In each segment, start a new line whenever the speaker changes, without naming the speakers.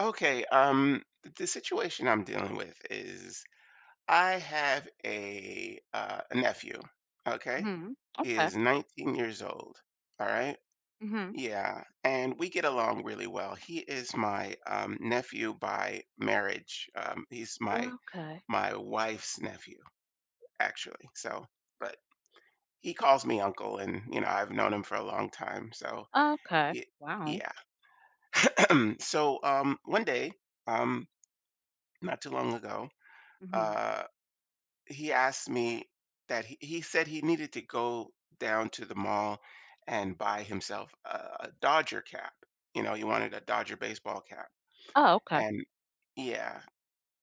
Okay, the situation I'm dealing with is I have a nephew. Okay,
Mhm.
he
Okay.
is 19 years old. All right,
Mhm.
yeah, and we get along really well. He is my nephew by marriage. He's my
Okay.
my wife's nephew, actually. So, but he calls me uncle, and you know I've known him for a long time. So,
Okay.
y-
Wow.
yeah. So, one day, um, not too long ago.
Mhm.
uh, he asked me that he said he needed to go down to the mall and buy himself a Dodger cap. You know, he wanted a Dodger baseball cap.
Oh, okay.
And yeah,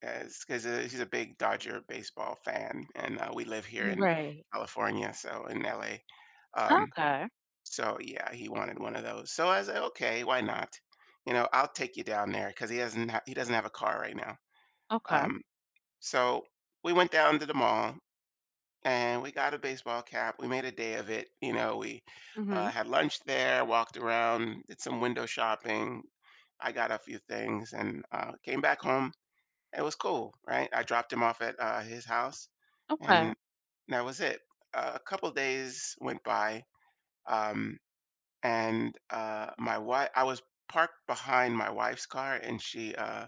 because he's a big Dodger baseball fan. And we live here in
Right.
California, so in LA. Um,
Okay.
so yeah, he wanted one of those. So I was like, okay, why not? You know, I'll take you down there because he doesn't have a car right now.
Okay.
Um, so we went down to the mall and we got a baseball cap. We made a day of it. You know, we
Mhm.
had lunch there, walked around, did some window shopping. I got a few things and came back home. It was cool, right? I dropped him off at his house,
Okay.
and that was it. A couple days went by, um, and my wife. I was parked behind my wife's car, and she uh,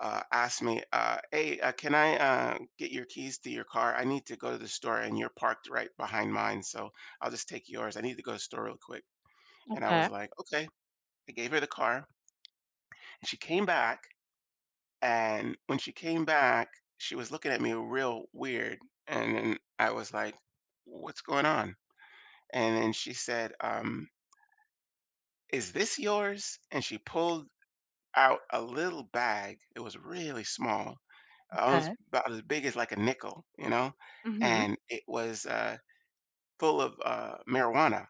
uh, asked me, "Hey, can I get your keys to your car? I need to go to the store, and you're parked right behind mine, so I'll just take yours. I need to go to the store real quick." And I was
Okay.
like, "Okay." I gave her the car, and she came back. And when she came back, she was looking at me real weird, and then I was like, "What's going on?" And then she said, "Is this yours?" And she pulled out a little bag. It was really small, almost
Okay.
about as big as like a nickel, you know,
Mhm.
and it was full of marijuana.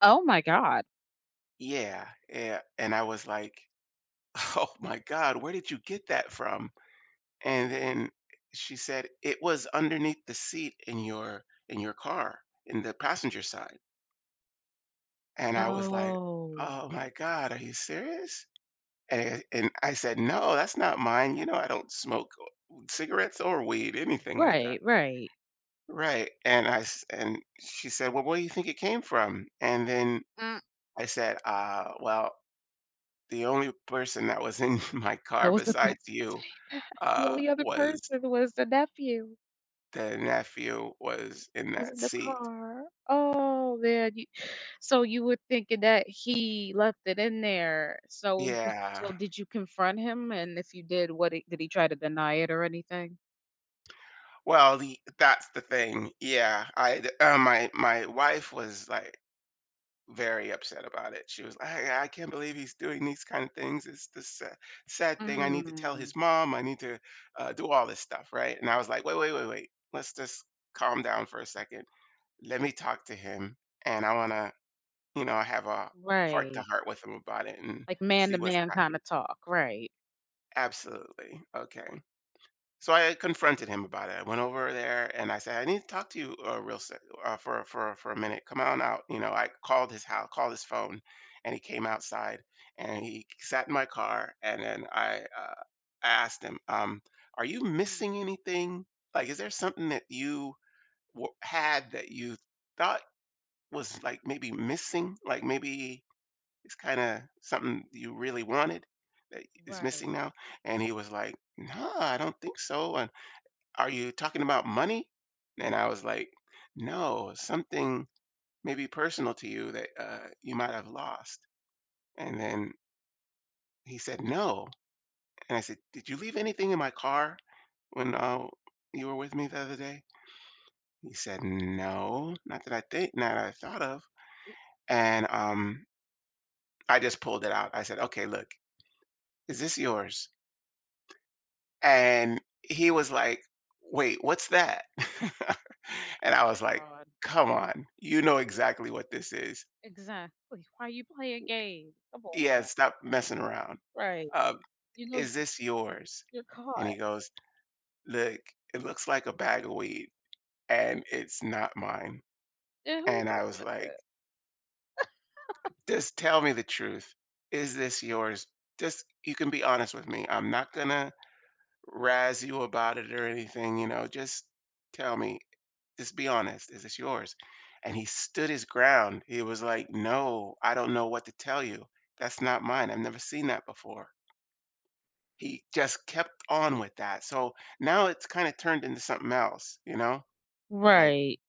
Oh my God.
Yeah, yeah, and I was like, "Oh my God, where did you get that from?" And then she said, "It was underneath the seat in your car in the passenger side." And I was like,
Oh.
"Oh my God, are you serious?" And I said, "No, that's not mine. You know, I don't smoke cigarettes or weed, anything like that."
Right, right.
Right. And and she said, "Well, where do you think it came from?" And then
Mm.
I said, well, the only person that was in my
I
car
was about to
besides you
say that. The only other
was
person was the nephew.
the nephew was in
Was
that
in the
seat."
car. Oh, man, you so you were thinking that he left it in there.
Yeah.
So did you confront him? And if you did, what did he try to deny it or anything?
Well, the that's the thing. Yeah. I my wife was like very upset about it. She was like, "I can't believe he's doing these kind of things. It's this sad thing. I need to tell
Mm,
his mom. I need to do all this stuff, right?" And I was like, "Wait, wait, wait, wait. Let's just calm down for a second. Let me talk to him, and I want to, you know, have a heart to
right.
heart with him about it and
Like man
see
to
what's
man
happening."
kinda talk, right.
Absolutely. Okay. So I confronted him about it. I went over there and I said, "I need to talk to you for a minute. Come on out." You know, I called his house, called his phone, and he came outside and he sat in my car. And then I asked him, "Are you
Mm,
missing anything? Like, is there something that had that you thought was like maybe missing? Like maybe it's kind of something you really wanted that is
right.
missing now?" And he was like, "No, I don't think so." "Are you talking about money?" And I was like, "No, something maybe personal to you that you might have lost." And then he said, "No." And I said, "Did you leave anything in my car when you were with me the other day?" He said, "No, not that I think, not that I thought of." And I just pulled it out. I said, "Okay, look, is this yours?" And he was like, "Wait, what's that?" And I
My
was like,
God.
"Come on, you know
Dude,
exactly what this is."
exactly. Why you playing games? Come on
Yeah,
now.
stop messing around.
Right.
Um,
You know
is
you're
this yours?
caught.
And he goes, look, it looks like a bag of weed and it's not mine.
And who's
And I was like,
that?
just tell me the truth. Is this yours? Just, you can be honest with me. I'm not gonna razz you about it or anything, you know, just tell me, just be honest. Is this yours? And he stood his ground. He was like, no, I don't know what to tell you. That's not mine. I've never seen that before. He just kept on with that, so now it's kinda turned into something else, you know? Like,
Right.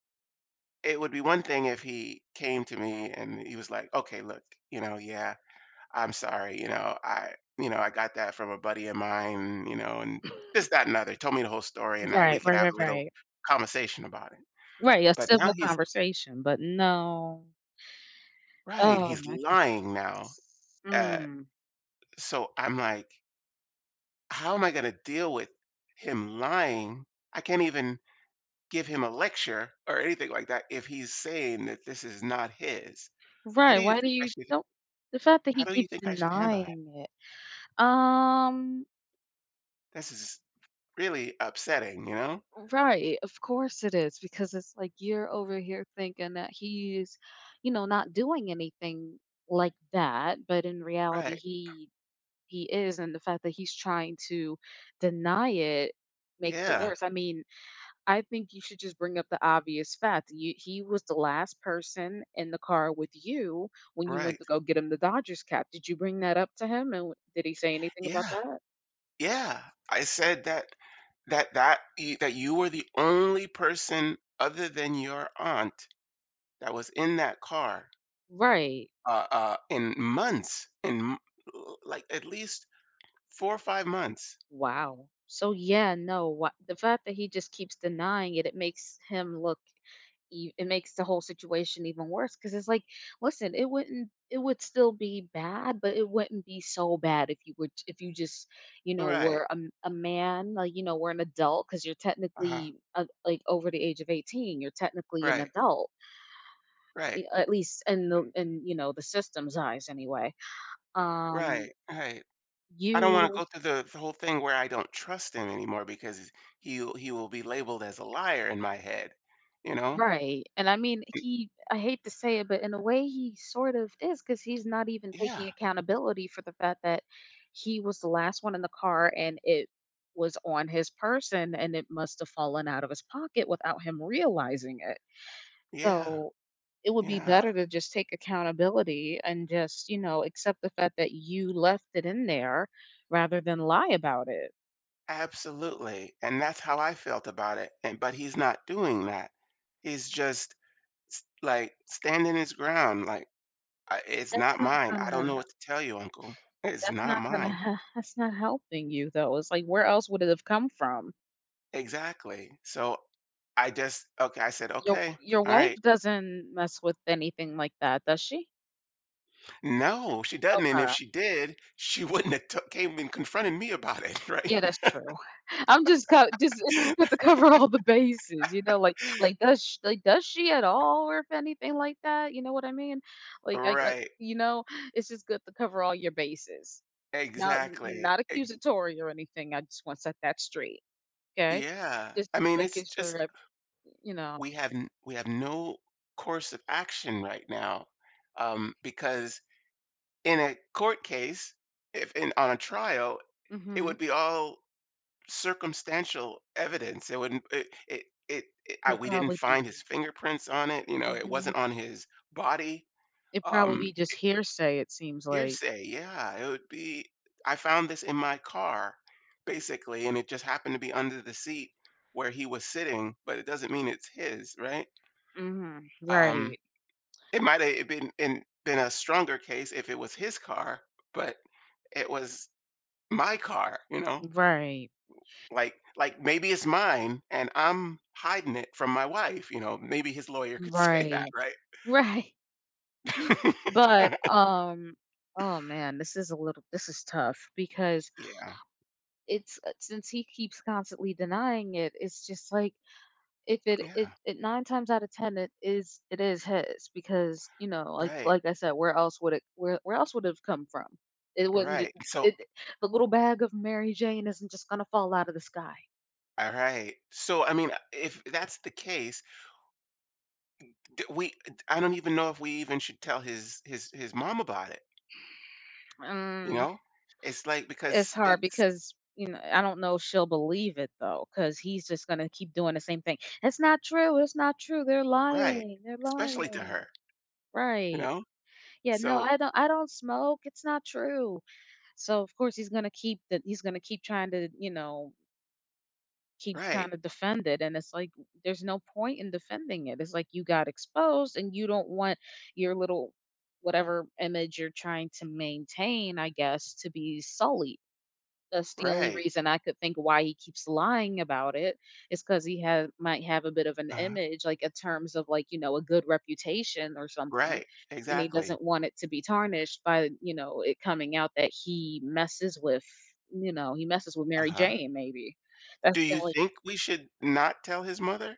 it would be one thing if he came to me and he was like, "Okay, look, you know, yeah, I'm sorry, you know, I got that from a buddy of mine, you know, and this, that, and other." Told me the whole story, and that we
Right,
could
right,
have
right,
a little
right.
conversation about it.
Right, a
But now
civil
he's
conversation, but no.
right,
Oh
he's
my goodness.
lying now, uh,
Mm.
so I'm like, how am I gonna deal with him lying? I can't even give him a lecture or anything like that if he's saying that this is not his. How
Right,
do you
why do
think I
you
should
don't the fact that
how
he
do you
keeps
think I should handle that?
denying it. Um,
This is really upsetting, you know?
right, of course it is because it's like you're over here thinking that he's not doing anything like that, but in reality
Right.
he is, and the fact that he's trying to deny it makes it
Yeah.
worse. I mean, I think you should just bring up the obvious fact. He was the last person in the car with you when you went
Right.
to go get him the Dodgers cap. Did you bring that up to him? And did he say anything about
Yeah.
that?
Yeah. I said that that you were the only person other than your aunt that was in that car,
Right.
in months, like at least four or five months.
Wow. So yeah, no, the fact that he just keeps denying it, it makes him look it makes the whole situation even worse because it's like, listen, it wouldn't it would still be bad, but it wouldn't be so bad if if you just
Right.
were a, a man, like, were an adult, because you're
Uh huh.
technically like over the age of 18, you're technically an
Right.
adult,
Right.
at least in the in you know the system's eyes anyway. Um
Right. Right. I don't wanna
you
go through the whole thing where I don't trust him anymore because he will be labeled as a liar in my head, you know?
Right, and I mean, he I hate to say it, but in a way he sort of is because he's not even
Yeah,
taking accountability for the fact that he was the last one in the car, and it was on his person, and it must have fallen out of his pocket without him realizing it.
yeah,
So, it would be
yeah,
better to just take accountability and just accept the fact that you left it in there rather than lie about it.
absolutely, and that's how I felt about it, and but he's not doing that. He's just s like, standing his ground, like, "I it's
That's
not
not
mine. I don't know
gonna
what to tell you, uncle. It's not mine."
That's not helping you, though. It's like, where else would it have come from?
Exactly, so I just okay, I said,
Your
"Okay,
your wife
alright."
doesn't mess with anything like that, does she?
No, she doesn't, and if
Okay.
she did, she wouldn't have t came and confronted me about it, right?
Yeah, that's true. I'm just co just it's just good to cover all the bases, you know, like, does sh like, does she at all or if anything like that, you know what I mean? Like,
Right,
you know, it's just good to cover all your bases. Not
exactly,
not
ex
accusatory or anything, I just wanna set that straight, okay?
yeah,
Just
I mean, it's
making
just
sure that, you know
we have no course of action right now, because in a court case, if in on a trial, it
Mhm.
would be all circumstantial evidence, it wouldn't it it it it I
It'll
we didn't
probably be
find his fingerprints on it, you know, it
mhm.
wasn't on his body,
It'd probably
um
be just hearsay, it seems like.
Hearsay, yeah, it would be I found this in my car, basically, and it just happened to be under the seat where he was sitting, but it doesn't mean it's his, right?
Mhm.
Um,
Right,
it might have been a stronger case if it was his car, but it was my car, you know?
right,
Like maybe it's mine and I'm hiding it from my wife, you know? Maybe his lawyer could say that,
right,
right?
right. But, oh, man, this is tough because
Yeah.
it's since he keeps constantly denying it, it's just like if it
Yeah.
it it 9 times out of 10, it is his because like
Right.
like I said, where else would it have come from? It wouldn't
Right. So
it The little bag of Mary Jane isn't just gonna fall out of the sky.
alright. So, I mean, if that's the case, d we I don't even know if we even should tell his mom about it, you
Mm,
know? It's like
it's
because
hard
it's
because I don't know if she'll believe it though, because he's just gonna keep doing the same thing. "It's not true, it's not true. They're
right,
lying, they're
especially to
lying."
her, you
Right.
know?
Yeah, "No,
So
I don't smoke. It's not true." So, of course, he's gonna keep that. He's gonna keep trying to, you know, keep
right,
trying to defend it, and it's like, there's no point in defending it. It's like you got exposed and you don't want your little whatever image you're trying to maintain, I guess, to be sullied. That's the only
right,
reason I could think why he keeps lying about it is because he had might have a bit of an
uh
image, like, in terms of, like, a good reputation or something,
right,
and he
exactly,
doesn't want it to be tarnished by, it coming out that he messes with, you know, he messes with Mary
uh-huh.
Jane, maybe. That's
Do
the
you
only
think we should not tell his mother?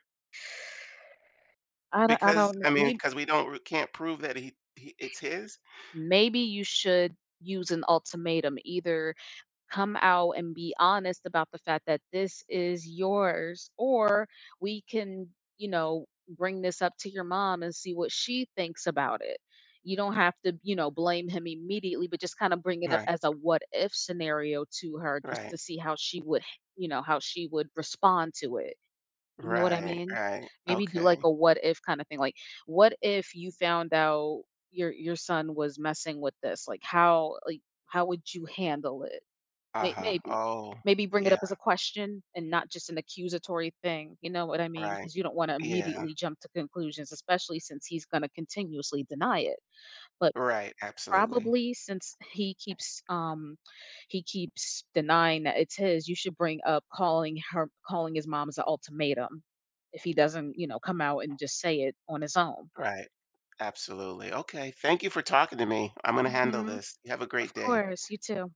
I don't I
Because,
don't know.
I mean,
maybe
because we can't prove that he it's his?
maybe you should use an ultimatum. Either come out and be honest about the fact that this is yours, or we can bring this up to your mom and see what she thinks about it. You don't have to blame him immediately, but just kind of bring it up
Right,
as a what if scenario to her just
right,
to see how she would respond to it, you know what I
right,
mean?
right,
Maybe do like
okay,
a what if kind of thing, like, what if you found out your son was messing with this, like, how like how would you handle it? May
uh-huh,
maybe.
oh,
Maybe bring it
yeah,
up as a question and not just an accusatory thing, you know what I mean?
right,
Because you don't wanna
yeah.
immediately jump to conclusions, especially since he's gonna continuously deny it. But
Right, absolutely.
probably since he keeps denying that it's his, you should bring up calling her calling his mom as an ultimatum if he doesn't, come out and just say it on his own.
Right. Absolutely. Okay, thank you for talking to me. I'm gonna handle
Mhm.
this. You have a
Of
great day.
course, you too.